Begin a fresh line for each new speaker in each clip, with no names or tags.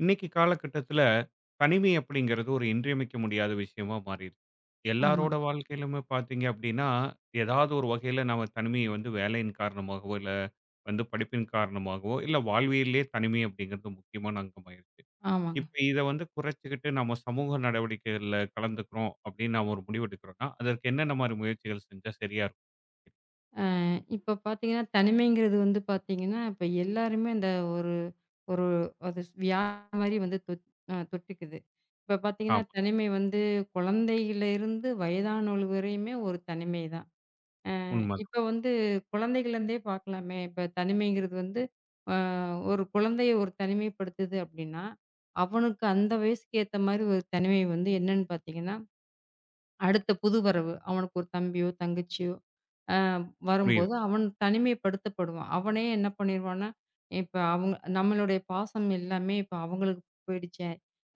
இன்னைக்கு காலகட்டத்துல தனிமை அப்படிங்கிறது ஒரு இன்றியமைக்க முடியாத விஷயமா மாறிடுச்சு. எல்லாரோட
ஆமாங்க,
வாழ்க்கையிலுமே பார்த்தீங்க அப்படின்னா, ஏதாவது ஒரு வகையில நாம தனிமையை வந்து வேலையின் காரணமாகவோ, இல்ல வந்து படிப்பின் காரணமாகவோ, இல்ல வாழ்வியல்லயே தனிமை அப்படிங்கிறது முக்கியமான அங்கமாயிருச்சு.
ஆமாங்க.
இப்ப இத வந்து குறைச்சுக்கிட்டு நம்ம சமூக நடவடிக்கைகள்ல கலந்துக்கிறோம் அப்படின்னு நாம ஒரு முடிவெடுக்கிறோம்னா, அதற்கு என்னென்ன மாரி முயற்சிகள் செஞ்சா சரியா இருக்கும்?
இப்ப பார்த்தீங்கன்னா, தனிமைங்கிறது வந்து பார்த்தீங்கன்னா, இப்ப எல்லாருமே அந்த ஒரு ஒரு அது வியாதி மாரி வந்து தொத் அ தொட்டுக்குது. இப்ப பார்த்தீங்கன்னா,
ஆமா.
தனிமை வந்து குழந்தையிலிருந்து வயதானோல் வரையுமே ஒரு தனிமை தான்.
உண்மதான்.
இப்ப வந்து குழந்தைகள்லேருந்தே பார்க்கலாமே, இப்ப தனிமைங்கிறது வந்து அ ஒரு குழந்தைய ஒரு தனிமைப்படுத்துது அப்படின்னா, அவனுக்கு அந்த வயசுக்கு ஏத்த மாரி ஒரு தனிமை வந்து என்னன்னு பார்த்தீங்கன்னா அடுத்த புது வரவு. அவனுக்கு ஒரு தம்பியோ, தங்கச்சியோ அ
புரியுது,
வரும்போது அவன் தனிமைப்படுத்தப்படுவான். அவனே என்ன பண்ணிருவான்னா, இப்ப அவங்க நம்மளுடைய பாசம் எல்லாமே இப்ப அவங்களுக்கு போயிடுச்சே,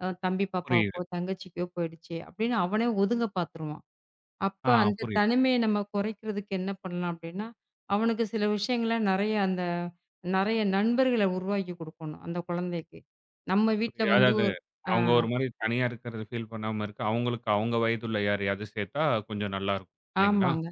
தம்பி
புரியுது.
பாப்பாவுக்கோ, தங்கச்சிக்கோ போயிடுச்சே அப்படின்னு அவனே ஒதுங்க பாத்துருவான். அப்ப
ஆ
அந்த
புரியுது.
தனிமைய நம்ம குறைக்கிறதுக்கு என்ன பண்ணலாம் அப்படின்னா, அவனுக்கு சில விஷயங்கள நெறைய அந்த நெறைய நண்பர்கள உருவாக்கி குடுக்கணும் அந்த குழந்தைக்கு. நம்ம வீட்ல வந்து
அதாவது,
ஒரு அ.
அவங்க ஒரு மாரி தனியா இருக்கிறத ஃபீல் பண்ணாம இருக்க, அவங்களுக்கு அவங்க வயதுள்ள யாரையாவது சேர்த்தா கொஞ்சம் நல்லாருக்கும் இல்லைங்களா?
ஆமாங்க.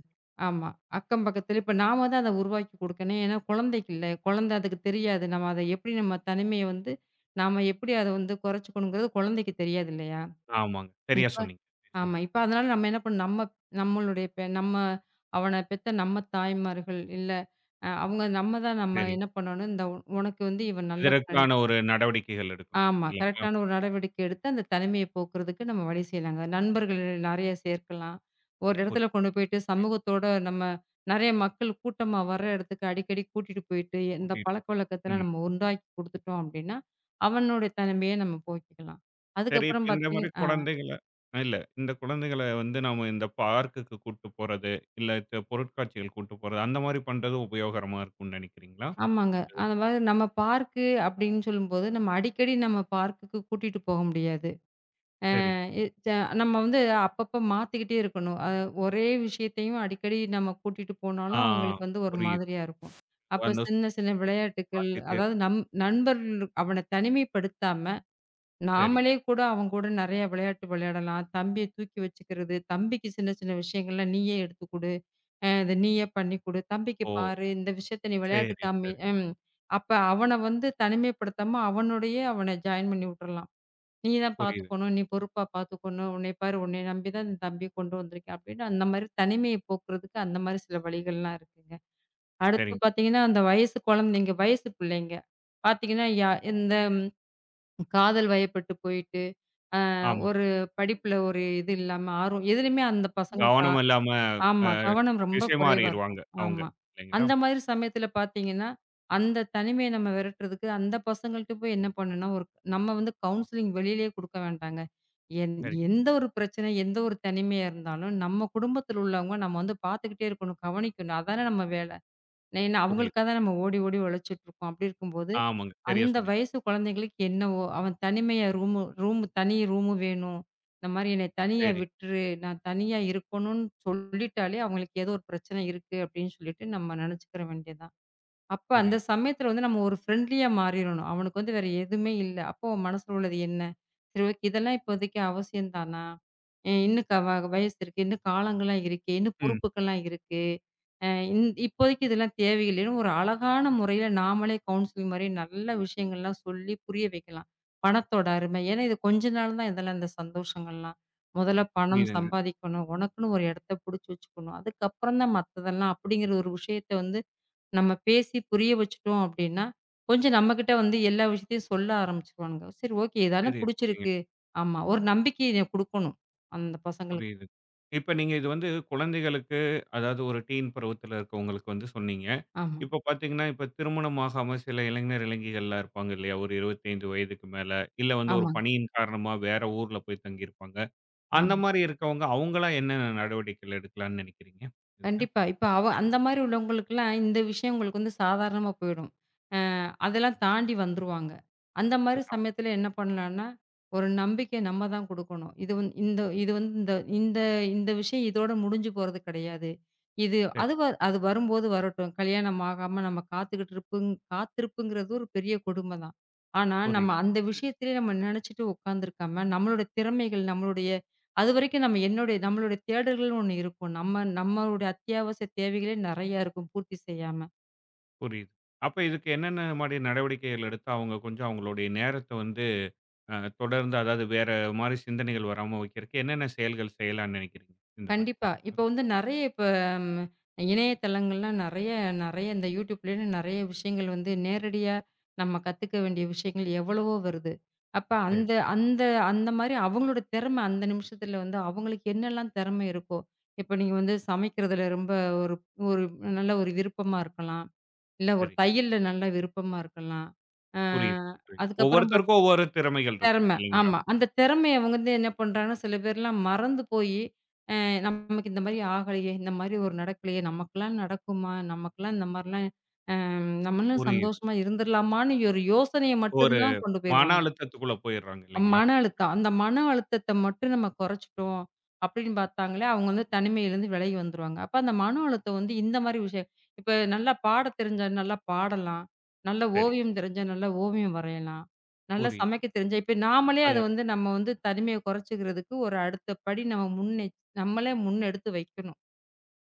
ஆமா. அக்கம் பக்கத்துல இப்ப நாம தான் அத உருவாக்கி குடுக்கணும். ஏன்னா குழந்தைக்கு இல்ல. குழந்தை அதுக்கு தெரியாது. நம்ம அத எப்படி நம்ம தனிமைய வந்து நாம எப்படி அத வந்து குறைச்சுக்கணுங்கிறது குழந்தைக்கு தெரியாது இல்லையா?
ஆமாங்க. சரியா
இப்ப
சொன்னீங்க. நிச்சயமா.
ஆமா. இப்ப அதனால நம்ம என்ன பண்ணணும், நம்ம நம்மளுடைய நம்ம அவன பெத்த நம்ம தாய்மார்கள், இல்ல அவங்க நம்ம தான் நம்ம
சரி.
என்ன பண்ணணும், இந்த உனக்கு வந்து இவன் நல்ல ஃப்ரெண்ட்.
இதற்கான ஒரு நடவடிக்கைகள் எடுக்கணும்.
ஆமா.
இல்லைங்களா?
கரெக்ட்டான ஒரு நடவடிக்கை எடுத்து, அந்த தனிமைய போக்குறதுக்கு நம்ம வழி செய்யலாங்க. நண்பர்கள் நெறைய சேர்க்கலாம். ஒரு இடத்துல
புரியுது,
கொண்டு போயிட்டு
புரியுது.
சமூகத்தோட நம்ம நெறைய மக்கள் கூட்டமா வர்ற இடத்துக்கு அடிக்கடி கூட்டிட்டு போயிட்டு, இந்த
கூட்டிட்டு.
பழக்கவழக்கத்தலாம்
ம்.
நம்ம உண்டாக்கி குடுத்துட்டோம் அப்டின்னா, அவனுடைய தனிமைய நம்ம போக்கிக்கலாம்.
சரி, இப்ப
அதுக்கப்புறம்
இந்த
பார்த்தீங்க
மாரி குழந்தைகள இல்ல. இந்த குழந்தைகள வந்து நாம இந்த பார்க்குக்கு கூட்டு போறது, இல்ல இந்த பொருட்காட்சிகள் கூட்டு போறது, அந்த மாரி பண்றது உபயோகரமா இருக்கும்னு நினைக்கிறீங்களா?
ஆமாங்க. அந்த மாரி நம்ம பார்க்கு அப்டின்னு சொல்லும்போது, நம்ம அடிக்கடி நம்ம பார்க்குக்கு கூட்டிட்டு போக முடியாது.
சரி.
இத் த நம்ம வந்து அப்பப்ப மாத்திக்கிட்டே இருக்கணும். ஒரே விஷயத்தையும் அடிக்கடி நம்ம கூட்டிட்டு
ஆ
போனாலும், அவங்களுக்கு வந்து ஒரு
புரியுது.
மாதிரியா இருக்கும். அப்ப
அந்த
சின்ன சின்ன விளையாட்டுக்கள்,
பார்த்துட்டே
அதாவது
இருக்கணும்.
நண்பர்கள் அவன தனிமைப்படுத்தாம,
சரி.
நாமளே கூட அவங்க கூட நெறைய விளையாட்டு விளையாடலாம். தம்பிய தூக்கி வச்சுக்கிறது, தம்பிக்கு சின்ன சின்ன விஷயங்கள்லாம் நீயே எடுத்துக் குடு. இத நீயே பண்ணி குடு. தம்பிக்கு
ஓ!
பாரு, இந்த விஷயத்த நீ விளையாட்டு
சரி,
காமி
சரி.
அப்ப அவன வந்து தனிமைப்படுத்தாம, அவனோடயே அவன ஜாயின் பண்ணி விட்டுறலாம். நீ தான்
புரியுது.
பார்த்துக்கணும். நீ பொறுப்பா பார்த்துக்கணும். உன்னைய பாரு, உன்னைய நம்பி தான் இந்த தம்பி கொண்டு வந்திருக்கேன் அப்படின்னு அந்த மாரி தனிமைய போக்குறதுக்கு அந்த மாரி சில வழிகள்லாம் இருக்குங்க. அடுத்து
சரிங்க.
பார்த்தீங்கன்னா, அந்த வயசு குழந்தைங்க, வயசு பிள்ளைங்க. பார்த்தீங்கன்னா, காதல் வயப்பட்டு போயிட்டு,
ஆமா.
ஒரு படிப்புல ஒரு இது இல்லாம ஆர்வம் எதுலயுமே அந்த பசங்களுக்கு
கவனம் இல்லாம அ
ஆமா. கவனம் ரொம்ப
திசை
குறைவா
மாறிருவாங்க
இருக்கும்.
அவங்க.
ஆமா.
இல்லைங்களா?
அந்த மாதிரி சமயத்துல பார்த்தீங்கன்னா, அந்த தனிமைய நம்ம விரட்டுறதுக்கு, அந்த பசங்கள்ட்ட போய் என்ன பண்ணணும்னா, ஒரு நம்ம வந்து கவுன்சிலிங் வெளியிலேயே குடுக்க வேண்டாங்க. எந்
சரி.
எந்த ஒரு பிரச்சனை, எந்த ஒரு தனிமையா இருந்தாலும், நம்ம குடும்பத்துல உள்ளவங்க நம்ம வந்து பார்த்துக்கிட்டே இருக்கணும், கவனிக்கணும். அதானே நம்ம வேல. ஏன்னா
புரியுது.
அவங்களுக்காக தான் நம்ம ஓடி ஓடி உழைச்சிட்டு இருக்கோம். அப்படி இருக்கும்போது
ஆமாங்க. சரியா
அந்த
சொன்னீங்க.
வயசு குழந்தைங்களுக்கு என்னவோ, அவன் தனிமையா ரூமு ரூம் தனி ரூமு வேணும். இந்த மாரி என்னைய தனியா
சரி.
விட்டுரு. நான் தனியா இருக்கணும்னு சொல்லிட்டாலே, அவங்களுக்கு ஏதோ ஒரு பிரச்சனை இருக்கு அப்படின்னு சொல்லிட்டு நம்ம நெனச்சுக்கிற வேண்டியது தான். அப்ப அந்த
புரியுது.
சமயத்துல வந்து நம்ம ஒரு ஃப்ரெண்ட்லியா மாறிறணும். அவனுக்கு வந்து வேற எதுவுமே இல்ல. அப்போ உன் மனசுல உள்ளது என்ன? சரி ஓகே இதெல்லாம் இப்போதைக்கு அவசியம் தானா? அ இன்னும் க வ வயசு இருக்கு. இன்னும் காலங்கள்லாம் இருக்கு. இன்னும்
ம்.
பொறுப்புக்கள்லாம் இருக்கு. அ இந் இப்போதைக்கு இதெல்லாம் தேவையில்லைன்னு ஒரு அழகான முறையில நாமளே கவுன்சிலிங் மாரி நல்ல விஷயங்கள்லாம் சொல்லி புரிய வைக்கலாம். பணத்தோட அருமை. ஏன்னா இது கொஞ்ச நாள் தான் இதெல்லாம் இந்த சந்தோஷங்கள்லாம். முதல்ல பணம்
புரியுதுங்க.
சம்பாதிக்கணும். உனக்குன்னு ஒரு இடத்த புடிச்சு வச்சுக்கணும். அதுக்கப்புறம் தான் மத்ததெல்லாம் அப்படிங்கிற ஒரு விஷயத்த வந்து நம்ம பேசி புரிய வச்சுட்டோம் அப்படின்னா, கொஞ்சம் நம்மகிட்ட வந்து எல்லா விஷயத்தையும் சொல்ல ஆரம்பிச்சுருவானுங்க. சரி ஓகே. இதான
சரியா சொன்னீங்க.
புடிச்சிருக்கு. ஆமா. ஒரு நம்பிக்கைய குடுக்கணும். அந்த பசங்களுக்கு.
புரியுது. இப்ப நீங்க இது வந்து குழந்தைகளுக்கு அதாவது ஒரு டீன் பருவத்தில இருக்கவங்களுக்கு வந்து சொன்னீங்க.
ஆமா.
இப்ப பார்த்தீங்கன்னா, இப்ப திருமணம் ஆகாம சில இளைஞர், இளைஞிகள்லாம் இருப்பாங்க இல்லையா? ஒரு 25 வயதுக்கு மேல, இல்ல வந்து ஒரு
ஆமாங்க.
பணியின் காரணமா வேற ஊர்ல போய் தங்கியிருப்பாங்க. அந்த
ஆமா.
மாரி இருக்கவங்க, அவங்களா என்னென்ன நடவடிக்கைகள் எடுக்கலாம்ன்னு நினைக்கிறீங்க? இதுல?
கண்டிப்பா. இப்ப அந்த மாரி உள்ளவங்களுக்குலாம், இந்த விஷயம் உங்களுக்கு வந்து சாதாரணமா போயிடும். அ அதெல்லாம் தாண்டி வந்துருவாங்க. அந்த மாரி
ஆமா.
சமயத்துல என்ன பண்ணலான்னா, ஒரு நம்பிக்கை நம்ம தான் குடுக்கணும். இது வந் இந்த இது வந்து இந்த இந்த இந்த விஷயம் இதோட முடிஞ்சு போறது கிடையாது. இது
சரி.
அது வரும்போது வரட்டும். கல்யாணம் ஆகாம நம்ம காத்துக்கிட்டு காத்திருப்புங்கிறது ஒரு பெரிய கொடுமை தான். ஆனா, நம்ம
புரியுது.
அந்த விஷயத்திலே நம்ம நெனச்சுட்டு உட்காந்துருக்காம, நம்மளோட திறமைகள், நம்மளுடைய அதுவரைக்கும் நம்ம என்னுடைய நம்மளுடைய தேடல்கள்னு ஒண்ணு இருக்கும். நம்ம நம்மளுடைய அத்தியாவசிய தேவைகளே நெறையா இருக்கும் பூர்த்தி செய்யாம.
புரியுது. அப்ப இதுக்கு என்னென்ன மாரி நடவடிக்கைகள் எடுத்தா, அவங்க கொஞ்சம் அவங்களுடைய நேரத்த வந்து அ தொடர்ந்து அதாவது வேற மாரி சிந்தனைகள் வராம வைக்கிறதுக்கு என்னென்ன செயல்கள் செய்யலாம்ன்னு நெனைக்கிறீங்க? இந்த மாரி.
கண்டிப்பா. இப்ப
ம்.
வந்து நெறைய இப்ப ம் இணையதளங்கள்லாம் நெறைய நெறைய இந்த YouTubeலன்னு நெறைய விஷயங்கள் வந்து நேரடியா நம்ம கத்துக்க வேண்டிய விஷயங்கள் எவ்வளவோ வருது. அப்ப
சரி,
அந்த அந்த அந்த மாரி அவங்களோட திறமை அந்த நிமிஷத்துல வந்து அவங்களுக்கு என்னெல்லாம் திறமை இருக்கோ, இப்ப நீங்க வந்து சமைக்கிறதுல ரொம்ப ஒரு ஒரு நல்ல ஒரு விருப்பமா இருக்கலாம். இல்ல ஒரு
சரி.
தையல்ல நல்ல விருப்பமா இருக்கலாம். அ
புரியுது, புரியுது.
அதுக்கப்புறம் பாத்
ஒவ்வொருத்தருக்கும் ஒவ்வொரு திறமைகள் இருக்கும்
திறமை.
இல்லைங்களா?
ஆமா. அந்த திறமைய அவங்க வந்து என்ன பண்றாங்கன்னா, சில பேர்லாம் மறந்து போயி, அ நமக்கு இந்த மாரி ஆகலையே! இந்த மாரி ஒரு நடக்கலையே! நமக்கெல்லாம் நடக்குமா? நமக்கெல்லாம் இந்த மாரிலாம் நம்மளும்
புரியுது.
சந்தோஷமா இருந்துர்லாமான்னு ஒரு யோசனைய மட்டும்
ஒரு
தான் கொண்டு
மன
போயிருவாங்க.
அழுத்தத்துக்குள்ள போயிடுறாங்க இல்லைங்களா?
மன அழுத்தம். அந்த மன அழுத்தத்த மட்டும் நம்ம குறைச்சுட்டோம் அப்படின்னு பார்த்தாங்களே, அவங்க வந்து தனிமையிலேருந்து விலகி வந்துருவாங்க. அப்ப அந்த மன அழுத்தம் வந்து இந்த மாரி விஷயம் இப்ப நல்லா பாட தெரிஞ்சா நல்லா பாடலாம். நல்ல
சரி,
ஓவியம் தெரிஞ்சா நல்லா ஓவியம் வரையலாம். நல்லா
புரியுது.
சமைக்க தெரிஞ்சா இப்ப நாமளே
அது
அத வந்து நம்ம வந்து தனிமைய குறைச்சுக்கிறதுக்கு ஒரு அடுத்த படி நம்ம முன்னே நம்மளே முன்னெடுத்து வைக்கணும்.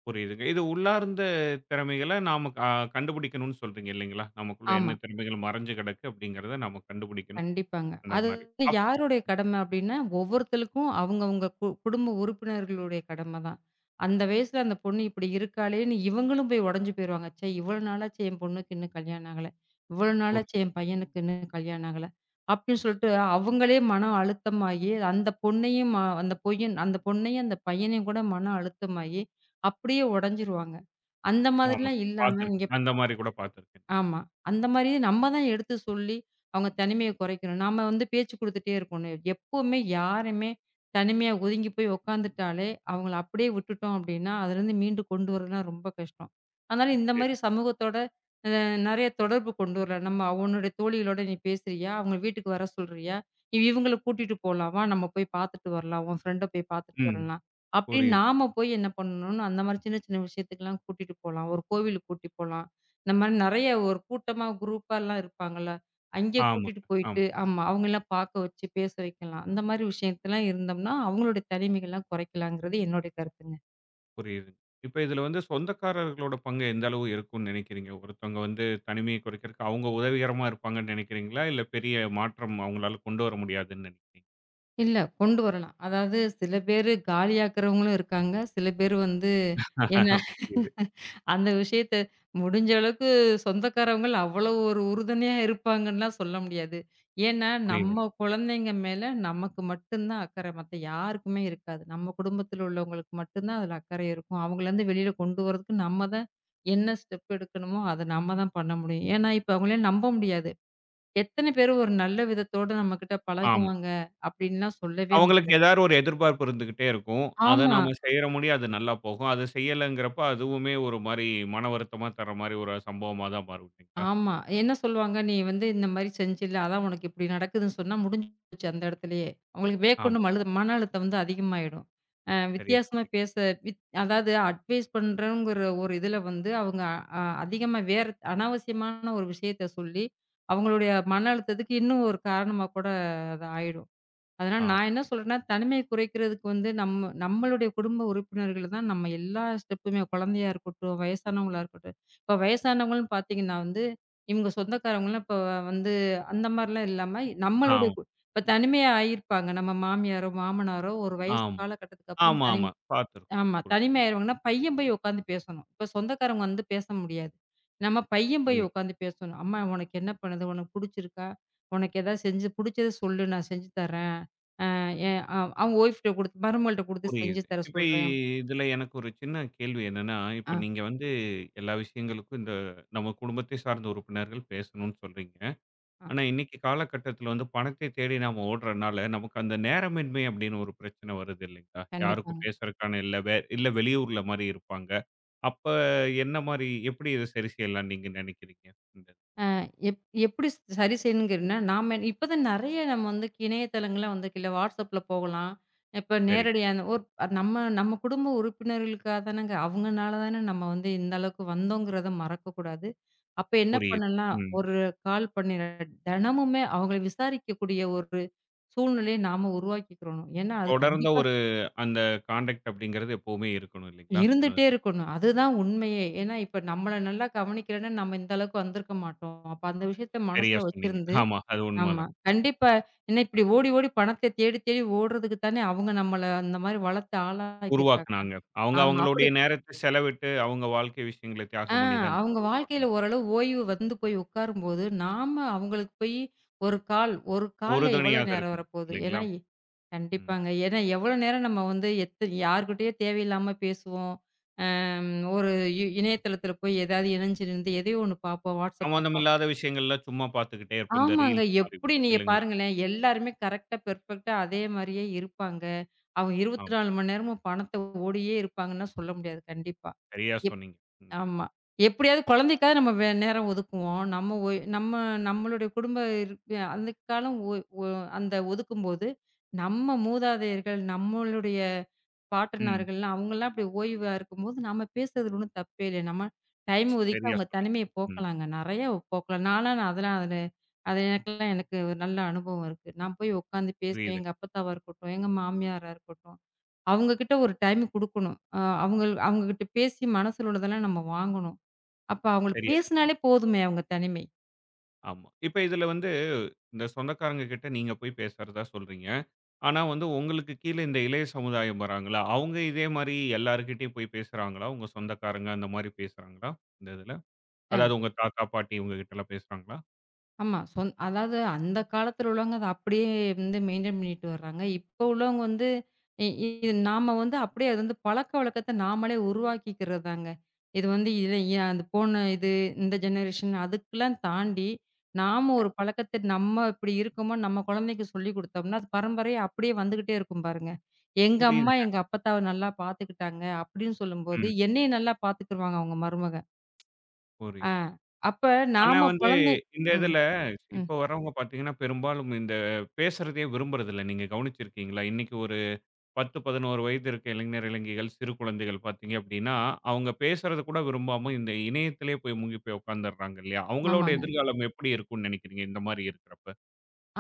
புரியுதுங்க. இது உள்ளார்ந்த திறமைகள நாம கண்டுபிடிக்கணும்னு சொல்றீங்க இல்லைங்களா? நமக்குள்ள
ஆமா.
என்ன திறமைகள் மறைஞ்சு கிடக்கு அப்படிங்கிறத நாம கண்டுபிடிக்கணும்.
கண்டிப்பாங்க.
அந்த
அது
மாரி.
வந்து யாருடைய கடமை அப்டின்னா, ஒவ்வொருத்தலுக்கும் அவங்கவங்க குடும்ப உறுப்பினர்களுடைய கடம தான். அந்த வயசுல அந்த பொண்ணு இப்டி இருக்காளேன்னு இவங்களும் போய் உடைஞ்சு போயிருவாங்க. ச்சே! இவ்வளோ நாளாச்சு என் பொண்ணுக்கு இன்னும் கல்யாணம் ஆகல. இவ்வளோ
அப்
நாளாச்சு என் பையனுக்கு இன்னும் கல்யாணம் ஆகல. அப்டின்னு சொல்லிட்டு அவங்களே மன அழுத்தமாகி, அந்த பொண்ணையும் அந்த பொய்யன் அந்த பொண்ணையும் அந்த பையனையும் கூட மன அழுத்தமாகி, அப்டியே உடைஞ்சிருவாங்க. அந்த
ஆமா.
மாதிரிலாம் இல்லாம இங்க
பார்த்துருக்கேன். அந்த மாரி கூட பார்த்துருக்கேன்.
ஆமா. அந்த மாரி நம்ம தான் எடுத்து சொல்லி, அவங்க தனிமைய குறைக்கணும். நாம வந்து பேச்சு குடுத்துட்டே இருக்கணும். எப்பவுமே யாரையுமே தனிமையா ஒதுங்கி போய் உட்காந்துட்டாலே, அவங்கள அப்படியே விட்டுட்டோம் அப்படின்னா, அதுலேருந்து மீண்டு கொண்டு வரதுலாம் ரொம்ப கஷ்டம். அதனால இந்த
சரி.
மாரி சமூகத்தோட அ நெறைய தொடர்பு கொண்டு வரலாம். நம்ம உன்னுடைய தோழிகளோட நீ பேசுறியா? அவங்க வீட்டுக்கு வர சொல்றியா? இவங்கள கூட்டிட்டு போலாம். வா நம்ம போய் பார்த்துட்டு வரலாம். உன் ஃப்ரெண்ட போய் பார்த்துட்டு
ம்.
வரலாம். அப்படின்னு
புரியுது.
நாம போய் என்ன பண்ணணும்னு அந்த மாரி சின்ன சின்ன விஷயத்துக்கெல்லாம் கூட்டிட்டு போலாம். ஒரு கோவிலுக்கு கூட்டி போலாம். இந்த மாரி நெறைய ஒரு கூட்டமா குரூப்பாலாம் இருப்பாங்கல்ல. அங்கே
ஆமாங்க,
கூட்டிட்டு போயிட்டு
ஆமா.
ஆமா. அவங்கலாம் பாக்க வச்சு பேச வைக்கலாம். அந்த மாரி விஷயத்தலாம் இருந்தோம்னா, அவங்களுடைய தனிமைகள்லாம் குறைக்கலாங்கிறது என்னுடைய கருத்துங்க.
புரியுது. இப்ப இதுல வந்து சொந்தக்காரர்களோட பங்கு எந்த அளவு இருக்கும்னு நினைக்கிறீங்க? ஒருத்தவங்க வந்து தனிமையை குறைக்கிறதுக்கு அவங்க உதவிகரமா இருப்பாங்கன்னு நினைக்கிறீங்களா? இல்ல பெரிய மாற்றம் அவங்களால கொண்டு வர முடியாதுன்னு நினைக்கிறீங்களா?
இல்ல கொண்டு வரலாம். அதாவது சில பேரு காலியாக்குறவங்களும் இருக்காங்க. சில பேர் வந்து என்ன
புரியுது,
அந்த விஷயத்த முடிஞ்ச அளவுக்கு சொந்தக்காரவங்கள் அவ்வளவு ஒரு உறுதுணையா இருப்பாங்கன்னுலாம் சொல்ல முடியாது. ஏன்னா,
புரியுதுங்க.
நம்ம குழந்தைங்க மேல நமக்கு மட்டும் தான் அக்கறை. மத்த யாருக்குமே இருக்காது. நம்ம குடும்பத்தில உள்ளவங்களுக்கு மட்டும் தான் அதில அக்கறை இருக்கும். அவங்களருந்து வெளியில கொண்டு வரதுக்கு நம்ம தான் என்ன ஸ்டெப் எடுக்கணுமோ, அத நம்ம தான் பண்ண முடியும். ஏன்னா, இப்ப அவங்களையும் நம்ப முடியாது. எத்தன பேரு ஒரு நல்ல விதத்தோட நம்மகிட்ட
ஆமா.
பழகுவாங்க அப்படின்லாம் சொல்லவே
அவங்களுக்கு
முடியாது.
ஏதாவது ஒரு எதிர்பார்ப்பு இருந்துகிட்டே இருக்கும். அத
ஆமா.
நாம செய்யற முடியும். அது நல்லா போகும். அத செய்யலங்கிறப்ப அதுவுமே ஒரு மாரி மன வருத்தமா தர்ற மாரி ஒரு சம்பவமா தான் மாறும் இல்லைங்களா? இந்த
ஆமா.
இதுல.
என்ன சொல்லுவாங்க, "நீ வந்து இந்த மாரி செஞ்சில்ல, அதான் உனக்கு இப்டி நடக்குதுன்னு" சொன்னா முடிஞ்சு போச்சு அந்த இடத்துலயே. அவங்களுக்கு
ஆமா.
மேற்கொண்டு மன அழுத்தம் வந்து அதிகமாயிடும். அ
சரியா
வித்தியாசமா
சொன்னீங்க.
பேச வித் அதாவது அட்வைஸ் பண்றோங்கிற ஒரு இதுல வந்து அவங்க அதிகமா வேற அனாவசியமான ஒரு விஷயத்த சொல்லி, அவங்களுடைய மன அழுத்தத்துக்கு இன்னும் ஒரு காரணமா கூட அது ஆயிடும். அதனால
ஆமா,
நான் என்ன சொல்றேன்னா, தனிமைய குறைக்கிறதுக்கு வந்து நம்ம நம்மளுடைய குடும்ப உறுப்பினர்கள தான் நம்ம எல்லா ஸ்டெப்புமே குழந்தையா இருக்கட்டும், வயசானவங்களா இருக்கட்டும். இப்ப வயசானவங்கள்ன்னு பார்த்தீங்கன்னா வந்து, இவங்க சொந்தக்காரவங்கலாம் இப்ப வந்து அந்த மாரிலாம் இல்லாம நம்மளுடைய
ஆமா,
இப்ப தனிமையா ஆயிருப்பாங்க. நம்ம மாமியாரோ, மாமனாரோ ஒரு வயசு
ஆமா.
காலகட்டத்துக்கு அப்புறம்
ஆமா, ஆமா. பார்த்துருக்கோம்.
ஆமா.
புரியுது,
தனிமை ஆயிருவாங்கன்னா, பையன் போய் உட்காந்து பேசணும். இப்ப சொந்தக்காரவங்க வந்து பேச முடியாது. நம்ம பையன் போய்
புரியுது,
உட்காந்து பேசணும். "அம்மா உனக்கு என்ன பண்ணுது? உனக்கு புடிச்சிருக்கா? உனக்கு ஏதாவது செஞ்சு புடிச்சத சொல்லு நான் செஞ்சு தரேன்." எ அ அவங்க ஒய்ஃப்ட்ட குடுத்து மருமகள்ட்ட குடுத்து செஞ்சு
புரியுது.
தர
இப்ப
சொல்றேன்.
இதுல எனக்கு ஒரு சின்ன கேள்வி என்னன்னா,
ஆ,
இப்ப நீங்க வந்து எல்லா விஷயங்களுக்கும் இந்த நம்ம குடும்பத்தை சார்ந்த உறுப்பினர்கள் பேசணும்னு சொல்றீங்க.
ஆ
ஆனா இன்னைக்கு காலகட்டத்துல வந்து பணத்தை தேடி நாம ஓடுறனால, நமக்கு அந்த நேரமின்மை அப்படின்னு ஒரு பிரச்சனை வருது இல்லைங்களா? யாருக்கும்
கண்டிப்பாங்க.
பேசுறதுக்கான இல்ல இல்ல வெளியூர்ல மாரி இருப்பாங்க. அப்ப என்ன மாரி எப்படி இத சரி செய்யலாம்னு நீங்க நினைக்கிறீங்க? இந்த
எப் எப்படி சரி செய்யணுங்கிறன்னா, நாம இப்ப தான் நெறைய நம்ம வந்து இணையதளங்கள்ல வந்துருக்கு இல்ல WhatsAppல போகலாம். இப்ப
சரி,
நேரடியான ஒரு நம்ம நம்ம குடும்ப உறுப்பினர்களுக்காக தானங்க அவங்கனால தானே நம்ம வந்து இந்த அளவுக்கு வந்தோங்கிறத மறக்கக்கூடாது. அப்ப என்ன
புரியுது.
பண்ணலாம்,
ம்.
ஒரு கால் பண்ணி தினமுமே அவங்கள விசாரிக்கக்கூடிய ஒரு சூழ்நிலையை நாம உருவாக்கிக்கிறணும். ஏன்னா அது
தொடர்ந்த
கண்டிப்பா
அந்த கான்டாக்ட் அப்படிங்கிறது எப்பவுமே இருக்கணும் இல்லைங்களா?
இருந்துட்டே இருக்கணும். அதுதான் உண்மையே. ஏன்னா, இப்ப நம்மள நல்லா கவனிக்கலன்னா, நம்ம இந்த அளவுக்கு வந்திருக்க மாட்டோம். அப்ப அந்த விஷயத்த
சரியா
மனசுல
சொன்னீங்க.
வச்சிருந்து
ஆமா, அது
ஆமா.
உண்மதான்.
கண்டிப்பா. ஏன்னா இப்படி ஓடி, ஓடி பணத்த தேடி, தேடி ஓடுறதுக்கு தானே அவங்க நம்மள அந்த மாரி வளர்த்து ஆளாக்கியிருக்காங்க.
உருவாக்குனாங்க. அவங்க
ஆமா.
அவங்களுடைய
அப்படி
நேரத்த செலவிட்டு, அவங்க வாழ்க்கை விஷயங்கள
ஆ
தியாகம் பண்ணி தான் இந்த
அவங்க
மாரி
வாழ்க்கையில
உருவாக்குனாங்க.
ஓரளவு ஓய்வு வந்து போய் உட்காரும்போது, நாம அவங்களுக்கு போய் 1 கால்ல எவ்வளோ
உறுதுணையாக
நேரம்
இருக்கணும்.
வரப்போகுது?
இல்லைங்களா?
ஏன்னா
ம்.
கண்டிப்பாங்க. ஏன்னா எவ்வளோ நேரம் நம்ம வந்து எத்த யார்கிட்டயோ தேவையில்லாம பேசுவோம். ஒரு இணையதளத்துல போய் ஏதாவது இணைஞ்சிருந்து எதையோ ஒண்ணு பார்ப்போம். WhatsApp
சம்மந்தம்
பார்ப்போம்.
இல்லாத விஷயங்கள்லாம் சும்மா பார்த்துக்கிட்டே இருப்போம். இந்த
ஆமாங்க.
ரீல்ஸ் மாரி கூட.
எப்படி நீங்க
இல்லைங்களா?
பாருங்களேன், எல்லாருமே கரெக்ட்டா, பெர்ஃபெக்ட்டா அதே மாரியே இருப்பாங்க. அவங்க
ஆமா.
24 மணி நேரமும் பணத்த ஓடியே இருப்பாங்கன்னா சொல்ல முடியாது கண்டிப்பா.
சரியா சொன்னீங்க. ம்.
ஆமா. எப்படியாவது குழந்தைக்காவது நம்ம நேரம் ஒதுக்குவோம். நம்ம நம்மளுடைய குடும்ப இருப்பு அந்த காலம் ஒ ஒ அந்த ஒதுக்கும்போது, நம்ம மூதாதையர்கள், நம்மளுடைய
ம்.
பாட்டனார்கள்லாம் அவங்கலாம் அப்படி ஓய்வா இருக்கும்போது, நம்ம பேசுறதுல ஒண்ணும் தப்பே இல்ல. நம்ம டைம் ஒதுக்கி
சரியா
அவங்க
சொன்னீங்க.
தனிமைய
ம்.
போக்கலாங்க. நெறைய போக்கலாம். நான்லாம் நான் அதெல்லாம் அதுல அது எனக்கெல்லாம் எனக்கு ஒரு நல்ல அனுபவம் இருக்கு. நான் போய் உட்காந்து பேசுவேன்.
புரியுதுங்க.
எங்க அப்பத்தாவா இருக்கட்டும், எங்க மாமியாரா இருக்கட்டும். அவங்க கிட்ட ஒரு டைம் குடுக்கணும். அவங்க அவங்க கிட்ட பேசி மனசுல உள்ளதெல்லாம் நம்ம வாங்கணும். அப்ப அவங்களுக்கு
சரியா சொன்னீங்க.
பேசினாலே போதுமே அவங்க தனிமை.
ஆமா. இப்ப இதுல வந்து இந்த சொந்தக்காரங்க கிட்ட நீங்க போய் பேசுறதா சொல்றீங்க. ஆனா வந்து உங்களுக்கு கீழ இந்த இளைய சமுதாயம் வராங்கல்ல, அவங்க இதே மாரி எல்லார்கிட்டயும் போய் பேசுறாங்களா? உங்க சொந்தக்காரங்க அந்த மாரி பேசுறாங்களா? இந்த இதுல. அதாவது உங்க தாத்தா, பாட்டி இவங்க கிட்டலாம் பேசுறாங்களா?
ஆமா. அதாவது அந்த காலத்துல உள்ளவங்க அத அப்படியே வந்து மெயின்டெயின் பண்ணிட்டு வர்றாங்க. இப்போ உள்ளவங்க வந்து இ இ இது நாம வந்து அப்படியே அது வந்து பழக்கவழக்கத்த நாமளே உருவாக்கிக்கிறது தாங்க. இது வந்து இத ஏன் அது போன இது இந்த ஜெனரேஷன் அதுக்கெல்லாம் தாண்டி, நாம ஒரு பழக்கத்த நம்ம இப்படி இருக்கோமோ, நம்ம குழந்தைக்கு சொல்லிக் குடுத்தோம்னா, அது பரம்பரையா அப்படியே வந்துகிட்டே இருக்கும் பாருங்க. எங்க அம்மா
புரியுதுங்க.
எங்க அப்பத்தாவ நல்லா பார்த்துக்கிட்டாங்க அப்படின்னு சொல்லும்போது,
ம்.
என்னையும் நல்லா பார்த்துக்குருவாங்க அவங்க மருமக. ஆ
புரியுது.
அப்ப
ஆனா
நாம
வந்து
குழந்தை
இந்த
ம்,
இதுல இப்ப
ம்.
வர்றவங்க பார்த்தீங்கன்னா, பெரும்பாலும் இந்த பேசுறதையே விரும்புறதில்ல. நீங்க கவனிச்சிருக்கீங்களா? இன்னைக்கு ஒரு 10, 11 வயது இருக்க இளைஞர், இளைஞிகள், சிறு குழந்தைகள் பார்த்தீங்க அப்படின்னா, அவங்க பேசுறத கூட விரும்பாம இந்த இணையத்திலேயே போய் மூழ்கி போய் உட்கார்ந்துடுறாங்க இல்லையா? அவங்களோட
ஆமாங்க.
எதிர்காலம் எப்படி இருக்கும்னு நினைக்கிறீங்க இந்த மாரி இருக்கிறப்ப?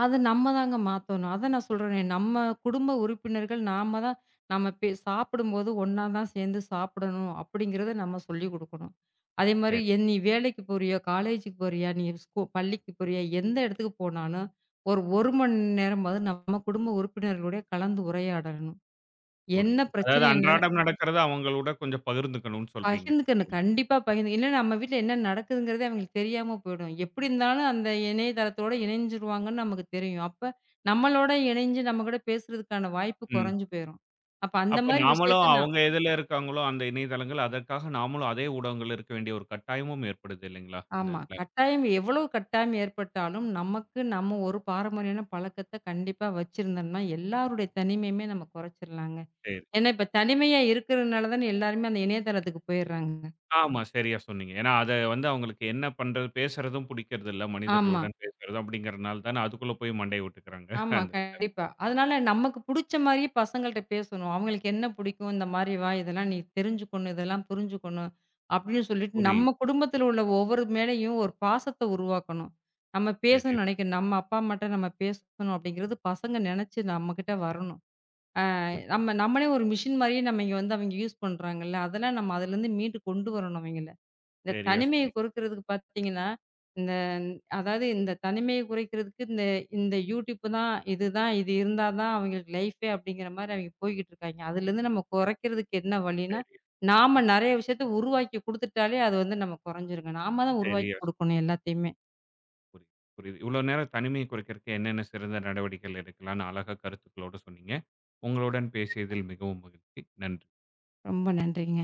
அத நம்ம தாங்க மாத்தணும். அதான் நான் சொல்றேனே, நம்ம குடும்ப உறுப்பினர்கள் நாம தான் நம்ம சாப்பிடும்போது ஒண்ணா தான் சேர்ந்து சாப்பிடணும் அப்படிங்கிறத நம்ம சொல்லிக் குடுக்கணும். அதே மாரி
சரி,
என் நீ வேலைக்கு போறியா? காலேஜுக்கு போறியா? நீ பள்ளிக்கு போறியா? எந்த இடத்துக்கு போனாலும், ஒரு 1 மணி நேரமாவது நம்ம குடும்ப உறுப்பினர்களுடைய கலந்து உரையாடணும். என்ன
புரியுது. அதாவது
பிரச்சனை என்ன
அன்றாடம் நடக்கிறத அவங்களோட கொஞ்சம் பகிர்ந்துக்கணும்னு சொல்றீங்க
பகிர்ந்துக்கணும்.
இல்லைங்களா?
கண்டிப்பா பகிர்ந்து இல்லன்னா நம்ம வீட்ல என்ன நடக்குதுங்கிறதே அவங்களுக்கு தெரியாம போயிடும். எப்படி இருந்தாலும் அந்த இணையதளத்தோட இணைஞ்சிருவாங்கன்னு நமக்கு தெரியும். அப்ப நம்மளோட இணைஞ்சு நம்ம கூட பேசுறதுக்கான வாய்ப்பு
ம்.
குறைஞ்சு போயிரும். அப்ப அந்த
அப்ப
மாரி
நாமளும்
விஷயத்த நான்
அவங்க எதுல இருக்காங்களோ அந்த இணையதளங்கள், அதற்காக நாமளும் அதே ஊடகங்கள்ல இருக்க வேண்டிய ஒரு கட்டாயமும் ஏற்படுது இல்லைங்களா? இந்த
ஆமா.
இதுல.
கட்டாயம் எவ்வளவு கட்டாயம் ஏற்பட்டாலும், நமக்கு நம்ம ஒரு பாரம்பரியமான பழக்கத்த கண்டிப்பா வச்சிருந்தோம்னா, எல்லாருடைய தனிமையுமே நம்ம குறைச்சிடலாங்க.
சரி.
ஏன்னா, இப்ப தனிமையா இருக்கிறதுனால தானே எல்லாருமே அந்த இணையதளத்துக்கு போயிடுறாங்க.
ஆமா. சரியா சொன்னீங்க. ஏன்னா, அத வந்து அவங்களுக்கு என்ன பண்றது பேசுறதும் பிடிக்கிறதில்ல.
ஆமா.
மனிதர்களுடன் பேசுறது அப்படிங்கிறனால தானே அதுக்குள்ள போய் மண்டைய உடைச்சுக்கிறாங்க.
ஆமா,
அந்த இதுல.
கண்டிப்பா. அதனால நமக்கு புடிச்ச மாரியே பசங்கள்ட்ட பேசணும். அவங்களுக்கு என்ன பிடிக்கும்? இந்த மாரி வா, இதெல்லாம் நீ தெரிஞ்சுக்கணும், இதெல்லாம் புரிஞ்சுக்கணும் அப்படின்னு சொல்லிட்டு,
புரியுது.
நம்ம குடும்பத்தில உள்ள ஒவ்வொரு மேலயும் ஒரு பாசத்த உருவாக்கணும். நம்ம
சரியா
பேசணும்னு நெனைக்கணும். நம்ம அப்பா, அம்மாட்ட நம்ம பேசணும் அப்படிங்கிறது பசங்க நெனச்சு நம்மகிட்ட வரணும்.
புரி
நம்ம நம்மளே ஒரு மிஷின் மாரியே நம்ம இங்க வந்து அவங்க யூஸ் பண்றாங்கல்ல, அதெல்லாம் நம்ம அதுலேருந்து மீண்டு கொண்டு வரணும் அவங்கள. இந்த
சரியா
தனிமைய
சொன்னீங்க.
குறைக்கிறதுக்கு பார்த்தீங்கன்னா, இந்த அதாவது இந்த தனிமைய குறைக்கிறதுக்கு இந்த இந்த யூடியூப் தான், இதுதான் இது இருந்தா தான் அவங்களுக்கு லைஃபே அப்படிங்கிற மாரி அவங்க போய்க்கிட்டு இருக்காய்ங்க. அதுலேருந்து நம்ம குறைக்கிறதுக்கு என்ன வழின்னா,
சரி,
நாம நெறைய விஷயத்த உருவாக்கி குடுத்துட்டாலே அது வந்து நம்ம குறைஞ்சிருங்க. நாம தான் உருவாக்கி
சரியா சொ-
குடுக்கணும் எல்லாத்தையுமே.
புரியுது, புரியுது. இவ்வளோ நேரம் தனிமையை குறைக்கிறதுக்கு என்னென்ன சிறந்த நடவடிக்கைகள் எடுக்கலாம்னு அழகா கருத்துக்களோட சொன்னீங்க. உங்களுடன் பேசியதில் மிகவும் மகிழ்ச்சி. நன்றி.
ரொம்ப நன்றிங்க.